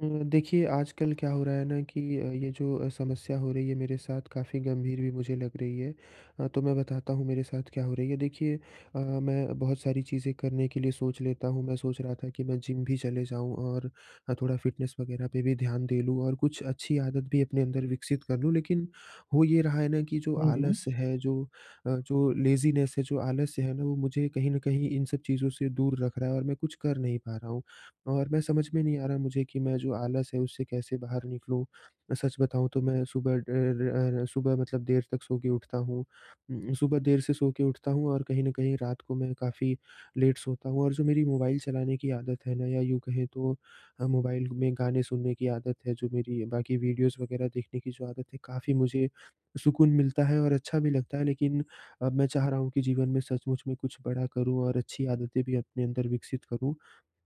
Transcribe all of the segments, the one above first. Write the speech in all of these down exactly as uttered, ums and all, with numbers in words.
अ, देखिए आजकल क्या हो रहा है ना कि अ, ये जो अ, समस्या हो रही है मेरे साथ काफ़ी गंभीर भी मुझे लग रही है। अ, तो मैं बताता हूँ मेरे साथ क्या हो रही है। देखिए अ, मैं बहुत सारी चीज़ें करने के लिए सोच लेता हूँ। मैं सोच रहा था कि मैं जिम भी चले जाऊँ और अ, थोड़ा फ़िटनेस वगैरह पे भी ध्यान दे लूँ और कुछ अच्छी आदत भी अपने अंदर विकसित कर लूँ। लेकिन हो ये रहा है ना कि जो हुँ, हुँ। आलस है, जो अ, जो लेज़ीनेस है, जो आलस्य है ना, वो मुझे कहीं न कहीं इन सब चीज़ों से दूर रख रहा है और मैं कुछ कर नहीं पा रहा हूँ। और मैं समझ में नहीं आ रहा मुझे कि मैं जो आलस है उससे कैसे बाहर निकलूँ? सच बताऊँ तो मैं सुबह ड र अ, सुबह मतलब देर तक सो के उठता हूँ। उम, सुबह देर से सो के उठता हूँ और कहीं न कहीं रात को मैं काफ़ी लेट सोता हूँ और जो मेरी मोबाइल चलाने की आदत है ना, या यूँ कहें तो अ, मोबाइल में गाने सुनने की आदत है, जो मेरी बाकी वीडियोज़ वगैरह देखने की जो आदत है, काफ़ी मुझे सुकून मिलता है और अच्छा भी लगता है। लेकिन अब मैं चाह रहा हूँ कि जीवन में सचमुच में कुछ बड़ा करूँ और अच्छी आदतें भी अपने अंदर विकसित करूँ।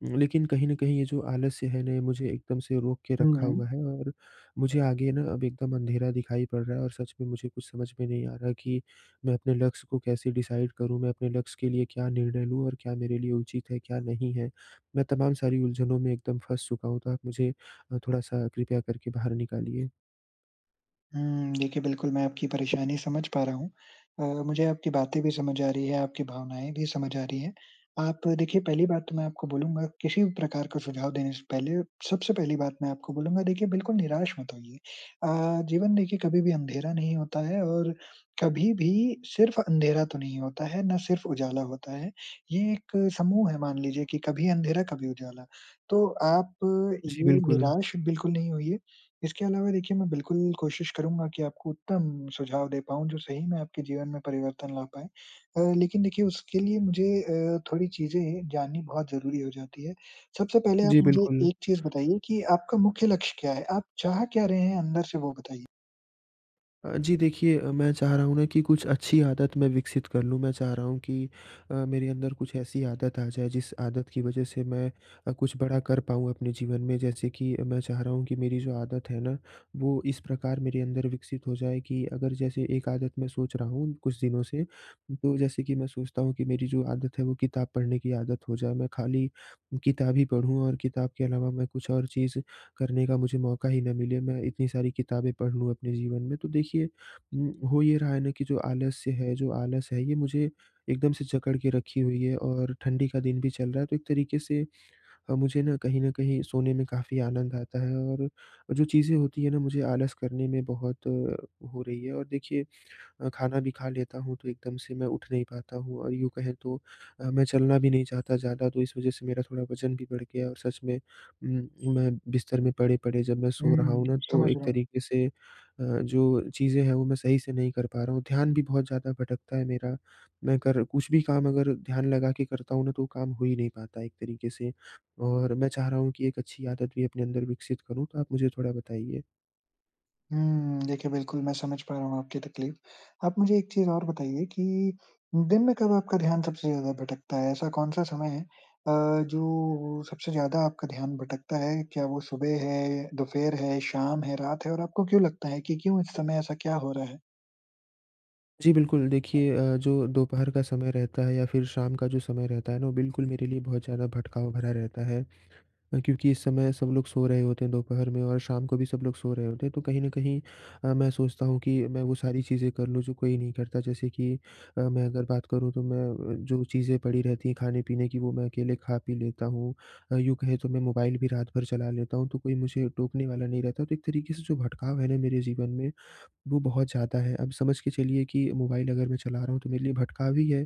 लेकिन कहीं न कहीं ये जो आलस्य है ना, ये मुझे एकदम से रोक के हुँ, रखा हुँ। हुआ है और मुझे आगे ना अब एकदम अंधेरा दिखाई पड़ रहा है और सच में मुझे कुछ समझ में नहीं आ रहा कि मैं अपने लक्ष्य को कैसे डिसाइड करूँ, मैं अपने लक्ष्य के लिए क्या निर्णय लूँ और क्या मेरे लिए उचित है, क्या नहीं है। मैं तमाम सारी उलझनों में एकदम फँस चुका हूँ, तो आप मुझे अ, थोड़ा-सा कृपया करके बाहर निकालिए। हुँ, देखिए बिल्कुल मैं आपकी परेशानी समझ पा रहा हूँ। अ, मुझे आपकी बातें भी समझ आ रही है, आपकी भावनाएँ भी समझ आ रही हैं। आप देखिए पहली बात तो मैं आपको बोलूँगा किसी भी प्रकार का सुझाव देने से पहले सबसे पहली बात मैं आपको बोलूँगा देखिए बिल्कुल निराश मत होइए। अ, जीवन देखिए कभी भी अंधेरा नहीं होता है और कभी भी सिर्फ़ अंधेरा तो नहीं होता है, ना सिर्फ़ उजाला होता है। ये एक समूह है मान लीजिए कि कभी अंधेरा, कभी उजाला। तो आप जी, ये बिल्कुल। निराश बिल्कुल नहीं होइए। इसके अलावा देखिए, मैं बिल्कुल कोशिश करूँगा कि आपको उत्तम सुझाव दे पाऊँ जो सही में आपके जीवन में परिवर्तन ला पाएँ। अ, लेकिन देखिए उसके लिए मुझे अ, थोड़ी चीज़ें जाननी बहुत ज़रूरी हो जाती है। सबसे पहले आप जी, मुझे बिल्कुल। एक चीज़ बताइए कि आपका मुख्य लक्ष्य क्या है? आप चाह क्या रहे हैं अंदर से वो बताइए? अ, जी देखिए, अ, मैं चाह रहा हूँ ना कि कुछ अच्छी आदत मैं विकसित कर लूँ। मैं चाह रहा हूँ कि अ, मेरे अंदर कुछ ऐसी आदत आ जाए जिस आदत की वज़ह से मैं अ, कुछ बड़ा कर पाऊँ अपने जीवन में। जैसे कि अ, मैं चाह रहा हूँ कि मेरी जो आदत है ना, वो इस प्रकार मेरे अंदर विकसित हो जाए कि अगर जैसे एक आदत मैं सोच रहा हूँ कुछ दिनों से, तो जैसे कि मैं सोचता हूँ कि मेरी जो आदत है वो किताब पढ़ने की आदत हो जाए। मैं खाली किताब ही पढ़ूँ और किताब के अलावा मैं कुछ और चीज़ करने का मुझे मौका ही ना मिले, मैं इतनी सारी किताबें पढ़ लूँ अपने जीवन में। तो देखिए, उम, हो ये रहा है ना कि जो आलस्य है, जो आलस है, ये मुझे एकदम से जकड़ के रखी हुई है और ठंडी का दिन भी चल रहा है, तो एक तरीके से अ, मुझे ना कहीं न कहीं सोने में काफ़ी आनंद आता है और जो चीज़ें होती हैं ना, मुझे आलस करने में बहुत अ, हो रही है। और देखिए, अ, खाना भी खा लेता हूँ तो एकदम से मैं उठ नहीं पाता हूँ और यूँ कहें तो अ, मैं चलना भी नहीं चाहता ज़्यादा, तो इस वज़ह से मेरा थोड़ा वज़न भी बढ़ गया और सच में उम, मैं बिस्तर में पड़े-पड़े जब मैं सो रहा हूँ ना, हुँ, तो समझ एक रहा हूँ। तरीके से अ, जो चीज़ें हैं वो मैं सही से नहीं कर पा रहा हूँ। ध्यान भी बहुत ज़्यादा भटकता है मेरा। मैं कर कुछ भी काम अगर ध्यान लगा के करता हूँ ना, तो वो काम हो ही नहीं पाता एक तरीके से, और मैं चाह रहा हूँ कि एक अच्छी आदत भी अपने अंदर विकसित करूँ, तो आप मुझे थोड़ा बताइए। हुँ, देखिए बिल्कुल मैं समझ पा रहा हूँ आपकी तकलीफ़। आप मुझे एक चीज़ और बताइए कि दिन में कब आपका ध्यान सबसे ज़्यादा भटकता है? ऐसा कौन-सा समय है अ, जो सबसे ज़्यादा आपका ध्यान भटकता है? क्या वो सुबह है, दोपहर है, शाम है, रात है और आपको क्यों लगता है कि क्यों इस समय ऐसा क्या हो रहा है? जी, बिल्कुल। देखिए, अ, जो दोपहर का समय रहता है या फिर शाम का जो समय रहता है ना, वो बिल्कुल मेरे लिए बहुत ज़्यादा भटकाव भरा रहता है, अ, क्योंकि इस समय सब लोग सो रहे होते हैं दोपहर में, और शाम को भी सब लोग सो रहे होते हैं। तो कहीं न कहीं अ, मैं सोचता हूँ कि मैं वो सारी चीज़ें कर लूँ जो कोई नहीं करता। जैसे कि अ, मैं अगर बात करूँ तो मैं अ, जो चीज़ें पड़ी रहती हैं खाने-पीने की, वो मैं अकेले खा पी लेता हूँ। अ, यूँ कहें तो मैं मोबाइल भी रात भर चला लेता हूँ, तो कोई मुझे टोकने वाला नहीं रहता। तो एक तरीके से जो भटकाव है ना मेरे जीवन में, वो बहुत ज़्यादा है। अब समझ के चलिए कि मोबाइल अगर मैं चला रहा हूँ, तो मेरे लिए भटकाव ही है।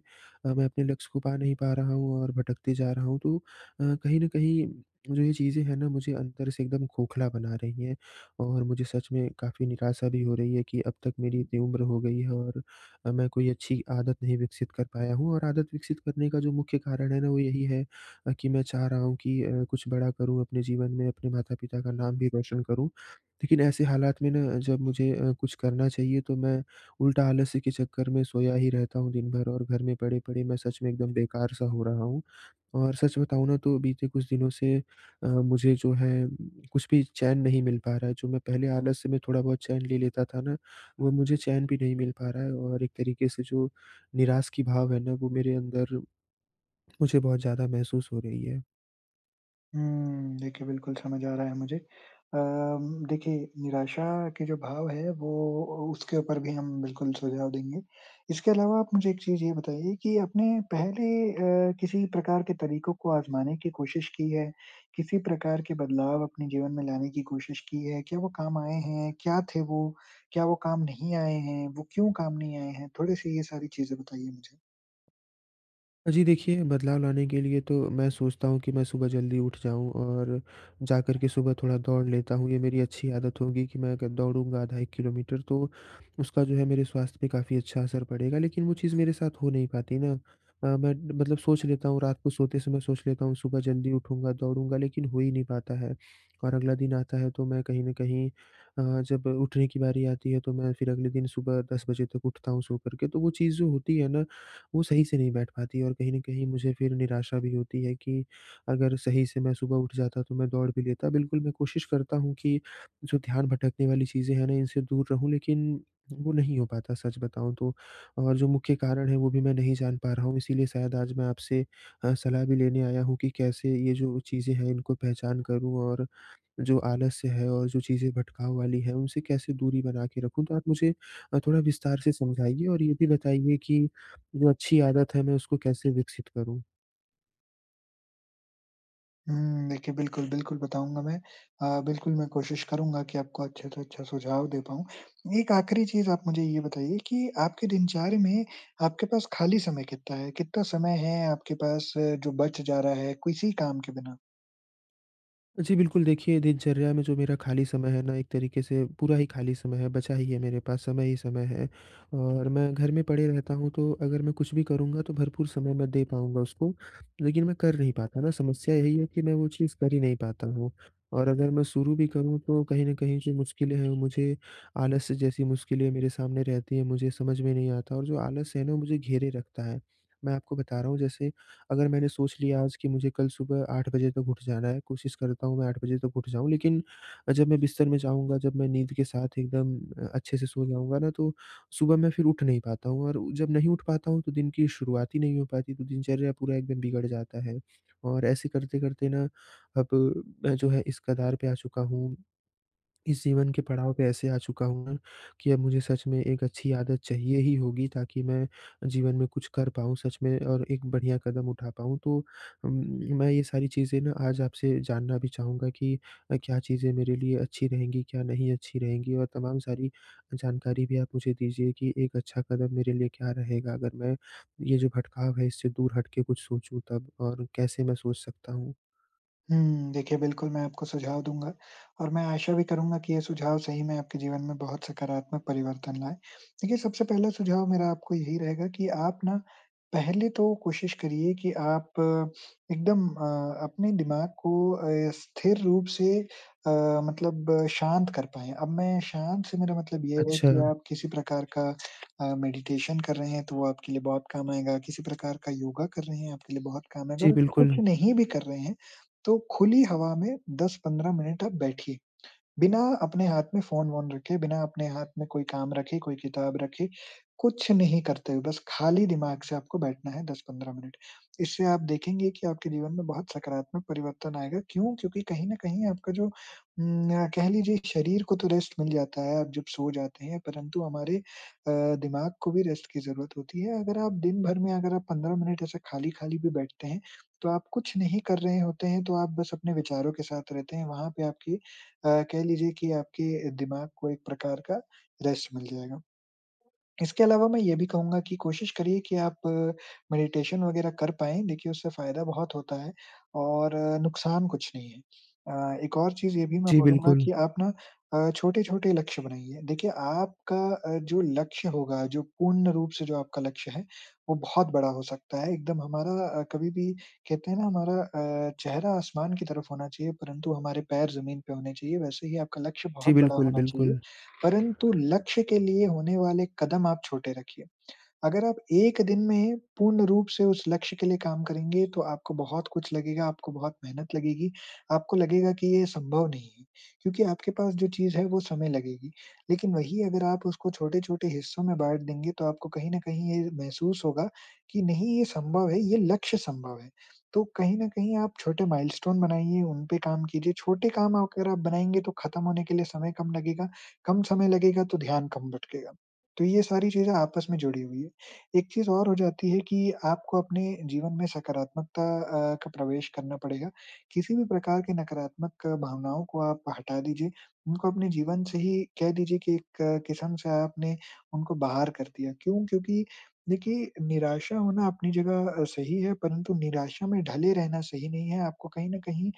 अ, मैं अपने लक्ष्य को पा नहीं पा रहा हूँ और भटकते जा रहा हूँ। तो अ, कहीं न कहीं जो ये चीज़ें हैं ना, मुझे अंदर से एकदम खोखला बना रही हैं और मुझे सच में काफ़ी निराशा भी हो रही है कि अब तक मेरी इतनी उम्र हो गई है और अ, मैं कोई अच्छी आदत नहीं विकसित कर पाया हूँ। और आदत विकसित करने का जो मुख्य कारण है ना, वो यही है अ, कि मैं चाह रहा हूँ कि अ, कुछ बड़ा करूँ अपने जीवन में, अपने माता-पिता का नाम भी रोशन करूँ। लेकिन ऐसे हालात में ना, जब मुझे अ, कुछ करना चाहिए, तो मैं उल्टा आलस्य के चक्कर में सोया ही रहता हूँ दिन भर, और घर में पड़े-पड़े मैं सच में एकदम बेकार-सा हो रहा हूँ। और सच बताऊँ ना, तो बीते कुछ दिनों से अ, मुझे जो है कुछ भी चैन नहीं मिल पा रहा है। जो मैं पहले आलस्य में थोड़ा बहुत चैन ले लेता था ना, वो मुझे चैन भी नहीं मिल पा रहा है, और एक तरीके से जो निराश की भाव है ना, वो मेरे अंदर मुझे बहुत ज़्यादा महसूस हो रही है। हुँ, देखिए बिल्कुल समझ आ रहा है मुझे। अम, देखिए निराशा के जो भाव है वो उसके ऊपर भी हम बिल्कुल सुझाव देंगे। इसके अलावा आप मुझे एक चीज़ ये बताइए कि आपने पहले अ, किसी प्रकार के तरीकों को आज़माने की कोशिश की है? किसी प्रकार के बदलाव अपने जीवन में लाने की कोशिश की है? क्या वो काम आए हैं? क्या थे वो? क्या वो काम नहीं आए हैं? वो क्यों काम नहीं आए हैं? थोड़े-से ये सारी चीज़ें बताइए मुझे। जी देखिए, बदलाव लाने के लिए तो मैं सोचता हूँ कि मैं सुबह जल्दी उठ जाऊँ और जाकर के सुबह थोड़ा दौड़ लेता हूँ। ये मेरी अच्छी आदत होगी कि मैं अगर दौड़ूँगा आधा एक किलोमीटर, तो उसका जो है मेरे स्वास्थ्य पे काफ़ी अच्छा असर पड़ेगा। लेकिन वो चीज़ मेरे साथ हो नहीं पाती ना। अ, मैं मतलब सोच लेता हूँ, रात को सोते समय सोच लेता हूँ सुबह जल्दी उठूँगा, दौड़ूँगा, लेकिन हो ही नहीं पाता है। और अगला दिन आता है तो मैं कहीं न कहीं अ, जब उठने की बारी आती है, तो मैं फिर अगले दिन सुबह दस बजे तक उठता हूँ सो कर के। तो वो चीज़ जो होती है ना, वो सही से नहीं बैठ पाती और कहीं न कहीं मुझे फिर निराशा भी होती है कि अगर सही से मैं सुबह उठ जाता तो मैं दौड़ भी लेता। बिल्कुल, मैं कोशिश करता हूँ कि जो ध्यान भटकने वाली चीज़ें हैं ना, इनसे दूर रहूँ, लेकिन वो नहीं हो पाता सच बताऊँ तो। और जो मुख्य कारण है वो भी मैं नहीं जान पा रहा हूँ, इसीलिए शायद आज मैं आपसे अ, सलाह भी लेने आया हूँ कि कैसे ये जो चीज़ें हैं इनको पहचान करूँ, और जो आलस्य है और जो चीज़ें भटकाव वाली हैं, उनसे कैसे दूरी बना के रखूँ? तो आप मुझे अ, थोड़ा विस्तार से समझाइए और ये भी बताइए कि जो अच्छी आदत है, मैं उसको कैसे विकसित करूँ? हुँ, देखिए बिल्कुल, बिल्कुल बताऊँगा मैं। अ, बिल्कुल मैं कोशिश करूँगा कि आपको अच्छे से अच्छा सुझाव दे पाऊँ। एक आखिरी चीज़ आप मुझे ये बताइए कि आपके दिनचर्या में आपके पास खाली समय कितना है? कितना समय है आपके पास जो बच जा रहा है किसी काम के बिना? जी बिल्कुल, देखिए दिनचर्या में जो मेरा खाली समय है ना, एक तरीके से पूरा ही खाली समय है, बचा ही है मेरे पास, समय ही समय है। और मैं घर में पड़े रहता हूँ, तो अगर मैं कुछ भी करूँगा तो भरपूर समय मैं दे पाऊँगा उसको, लेकिन मैं कर नहीं पाता ना, समस्या यही है कि मैं वो चीज़ कर ही नहीं पाता हूँ। और अगर मैं शुरू भी करूँ, तो कहीं न कहीं जो मुश्किलें हैं, वो मुझे आलस जैसी मुश्किलें मेरे सामने रहती हैं, मुझे समझ में नहीं आता, और जो आलस है ना, वो मुझे घेरे रखता है। मैं आपको बता रहा हूँ, जैसे अगर मैंने सोच लिया आज कि मुझे कल सुबह आठ बजे तक उठ जाना है, कोशिश करता हूँ मैं आठ बजे तक उठ जाऊँ, लेकिन अ, जब मैं बिस्तर में जाऊँगा, जब मैं नींद के साथ एकदम अ, अच्छे से सो जाऊँगा ना, तो सुबह मैं फिर उठ नहीं पाता हूँ, और जब नहीं उठ पाता हूँ, तो दिन की शुरुआत ही नहीं हो पाती, तो दिनचर्या पूरा एकदम बिगड़ जाता है। और ऐसे करते-करते ना, अब मैं जो है इस कगार पे आ चुका हूँ, इस जीवन के पड़ाव पे ऐसे आ चुका हूँ ना कि अब मुझे सच में एक अच्छी आदत चाहिए ही होगी, ताकि मैं जीवन में कुछ कर पाऊँ सच में और एक बढ़िया कदम उठा पाऊँ। तो उम, मैं ये सारी चीज़ें ना आज आपसे जानना भी चाहूँगा कि अ, क्या चीज़ें मेरे लिए अच्छी रहेंगी, क्या नहीं अच्छी रहेंगी? और तमाम सारी जानकारी भी आप मुझे दीजिए कि एक अच्छा कदम मेरे लिए क्या रहेगा, अगर मैं ये जो भटकाव है इससे दूर हट के कुछ सोचूँ, तब और कैसे मैं सोच सकता हूँ? हुँ, देखिए बिल्कुल मैं आपको सुझाव दूँगा और मैं आशा भी करूँगा कि ये सुझाव सही में आपके जीवन में बहुत सकारात्मक परिवर्तन लाएँ। देखिए सबसे पहला सुझाव मेरा आपको यही रहेगा कि आप ना पहले तो कोशिश करिए कि आप अ, एकदम अ, अपने दिमाग को अ, स्थिर रूप से अ, मतलब अ, शांत कर पाएँ। अब मैं शांत से मेरा मतलब ये है अच्छा। कि आप किसी प्रकार का अ, मेडिटेशन कर रहे हैं तो वो आपके लिए बहुत काम आएगा, किसी प्रकार का योगा कर रहे हैं आपके लिए बहुत काम आएगा जी, और बिल्कुल। कुछ नहीं भी कर रहे हैं तो खुली हवा में दस पंद्रह मिनट आप बैठिए। बिना अपने हाथ में फ़ोन-वोन रखे, बिना अपने हाथ में कोई काम रखे, कोई किताब रखे, कुछ नहीं करते हुए, बस खाली दिमाग से आपको बैठना है दस पंद्रह मिनट। इससे आप देखेंगे कि आपके जीवन में बहुत सकारात्मक परिवर्तन आएगा। क्यों? क्योंकि कहीं न कहीं आपका जो उम, अ, कह लीजिए शरीर को तो रेस्ट मिल जाता है, आप जब सो जाते हैं, परंतु हमारे अ, दिमाग को भी रेस्ट की ज़रूरत होती है। अगर आप दिन भर में अगर आप पंद्रह मिनट ऐसे खाली-खाली भी बैठते हैं, तो आप कुछ नहीं कर रहे होते हैं, तो आप बस अपने विचारों के साथ रहते हैं। वहाँ पे आपकी अ, कह लीजिए कि आपके दिमाग को एक प्रकार का रेस्ट मिल जाएगा। इसके अलावा मैं ये भी कहूँगा कि कोशिश करिए कि आप मेडिटेशन वगैरह कर पाएँ, देखिए उससे फ़ायदा बहुत होता है और नुकसान कुछ नहीं है। अ, एक और चीज़ ये भी मैं जी, बोलूँगा बिल्कुल। कि आप ना अ, छोटे-छोटे लक्ष्य बनाइए। देखिए आपका अ, जो लक्ष्य होगा, जो पूर्ण रूप से जो आपका लक्ष्य है, वो बहुत बड़ा हो सकता है। एकदम हमारा अ, कभी भी कहते हैं ना हमारा अ, चेहरा आसमान की तरफ होना चाहिए, परंतु हमारे पैर ज़मीन पे होने चाहिए, वैसे ही आपका लक्ष्य जी, बहुत बड़ा बिल्कुल, होना चाहिए। बिल्कुल। परंतु लक्ष्य के लिए होने वाले कदम आप छोटे रखिए। अगर आप एक दिन में पूर्ण रूप से उस लक्ष्य के लिए काम करेंगे, तो आपको बहुत कुछ लगेगा, आपको बहुत मेहनत लगेगी, आपको लगेगा कि ये संभव नहीं है, क्योंकि आपके पास जो चीज़ है वो समय लगेगी। लेकिन वही अगर आप उसको छोटे-छोटे हिस्सों में बाँट देंगे, तो आपको कहीं न कहीं ये महसूस होगा कि नहीं ये संभव है, ये लक्ष्य संभव है। तो कहीं न कहीं आप छोटे माइलस्टोन बनाइए, उन पे काम कीजिए, छोटे काम अगर आप बनाएँगे तो खत्म होने के लिए समय कम लगेगा, कम समय लगेगा तो ध्यान कम भटकेगा। तो ये सारी चीज़ें आपस में जुड़ी हुई है। एक चीज़ और हो जाती है कि आपको अपने जीवन में सकारात्मकता अ, का प्रवेश करना पड़ेगा। किसी भी प्रकार की नकारात्मक भावनाओं को आप हटा दीजिए, उनको अपने जीवन से ही कह दीजिए कि एक अ, किस्म से आपने उनको बाहर कर दिया। क्यों? क्योंकि देखिए निराशा होना अपनी जगह अ, सही है, परंतु निराशा में ढले रहना सही नहीं है। आपको कहीं न कहीं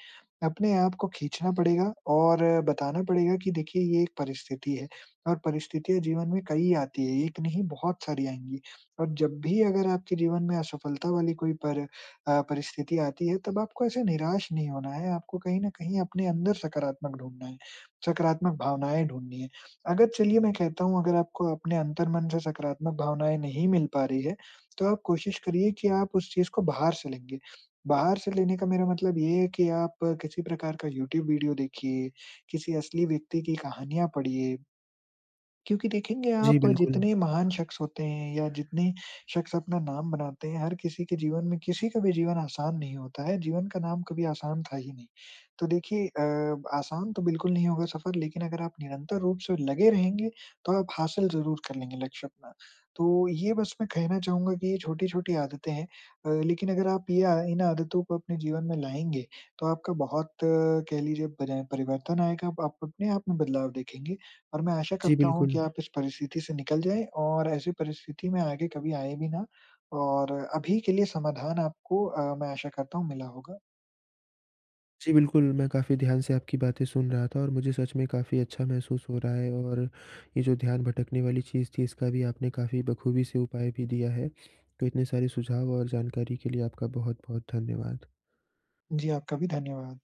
अपने आप को खींचना पड़ेगा और अ, बताना पड़ेगा कि देखिए ये एक परिस्थिति है और परिस्थितियाँ जीवन में कई आती है, एक नहीं बहुत सारी आएँगी। और जब भी अगर आपके जीवन में असफलता वाली कोई पर अ, परिस्थिति आती है, तब आपको ऐसे निराश नहीं होना है, आपको कहीं न कहीं अपने अंदर सकारात्मक ढूँढना है, सकारात्मक भावनाएँ ढूँढनी है। अगर चलिए मैं कहता हूँ अगर आपको अपने अंतर्मन से सकारात्मक भावनाएँ नहीं मिल पा रही है, तो आप कोशिश करिए कि आप उस चीज़ को बाहर से लेंगे। बाहर से लेने का मेरा मतलब ये है कि आप किसी प्रकार का यूट्यूब वीडियो देखिए, किसी असली व्यक्ति की कहानियाँ पढ़िए। क्योंकि देखेंगे जी, आप बिल्कुल। जितने महान शख्स होते हैं या जितने शख्स अपना नाम बनाते हैं, हर किसी के जीवन में किसी का भी जीवन आसान नहीं होता है। जीवन का नाम कभी आसान था ही नहीं। तो देखिए अ, आसान तो बिल्कुल नहीं होगा सफ़र लेकिन अगर आप निरंतर रूप से लगे रहेंगे, तो आप हासिल ज़रूर कर लेंगे लक्ष्य अपना। तो ये बस मैं कहना चाहूँगा कि ये छोटी-छोटी आदतें हैं अ, लेकिन अगर आप ये अ, इन आदतों को अपने जीवन में लाएँगे, तो आपका बहुत अ, कह लीजिए परि परिवर्तन आएगा। आप आप अपने आप में बदलाव देखेंगे। और मैं आशा जी, करता हूँ कि बिल्कुल। आप इस परिस्थिति से निकल जाएँ और ऐसी परिस्थिति में आगे कभी आए भी ना और अभी के लिए समाधान आपको अ, मैं आशा करता हूँ मिला होगा। जी, बिल्कुल, मैं काफ़ी ध्यान से आपकी बातें सुन रहा था और मुझे सच में काफ़ी अच्छा महसूस हो रहा है, और ये जो ध्यान भटकने वाली चीज़ थी, इसका भी आपने काफ़ी बखूबी से उपाय भी दिया है। तो इतने सारे सुझाव और जानकारी के लिए आपका बहुत-बहुत धन्यवाद। जी, आपका भी धन्यवाद।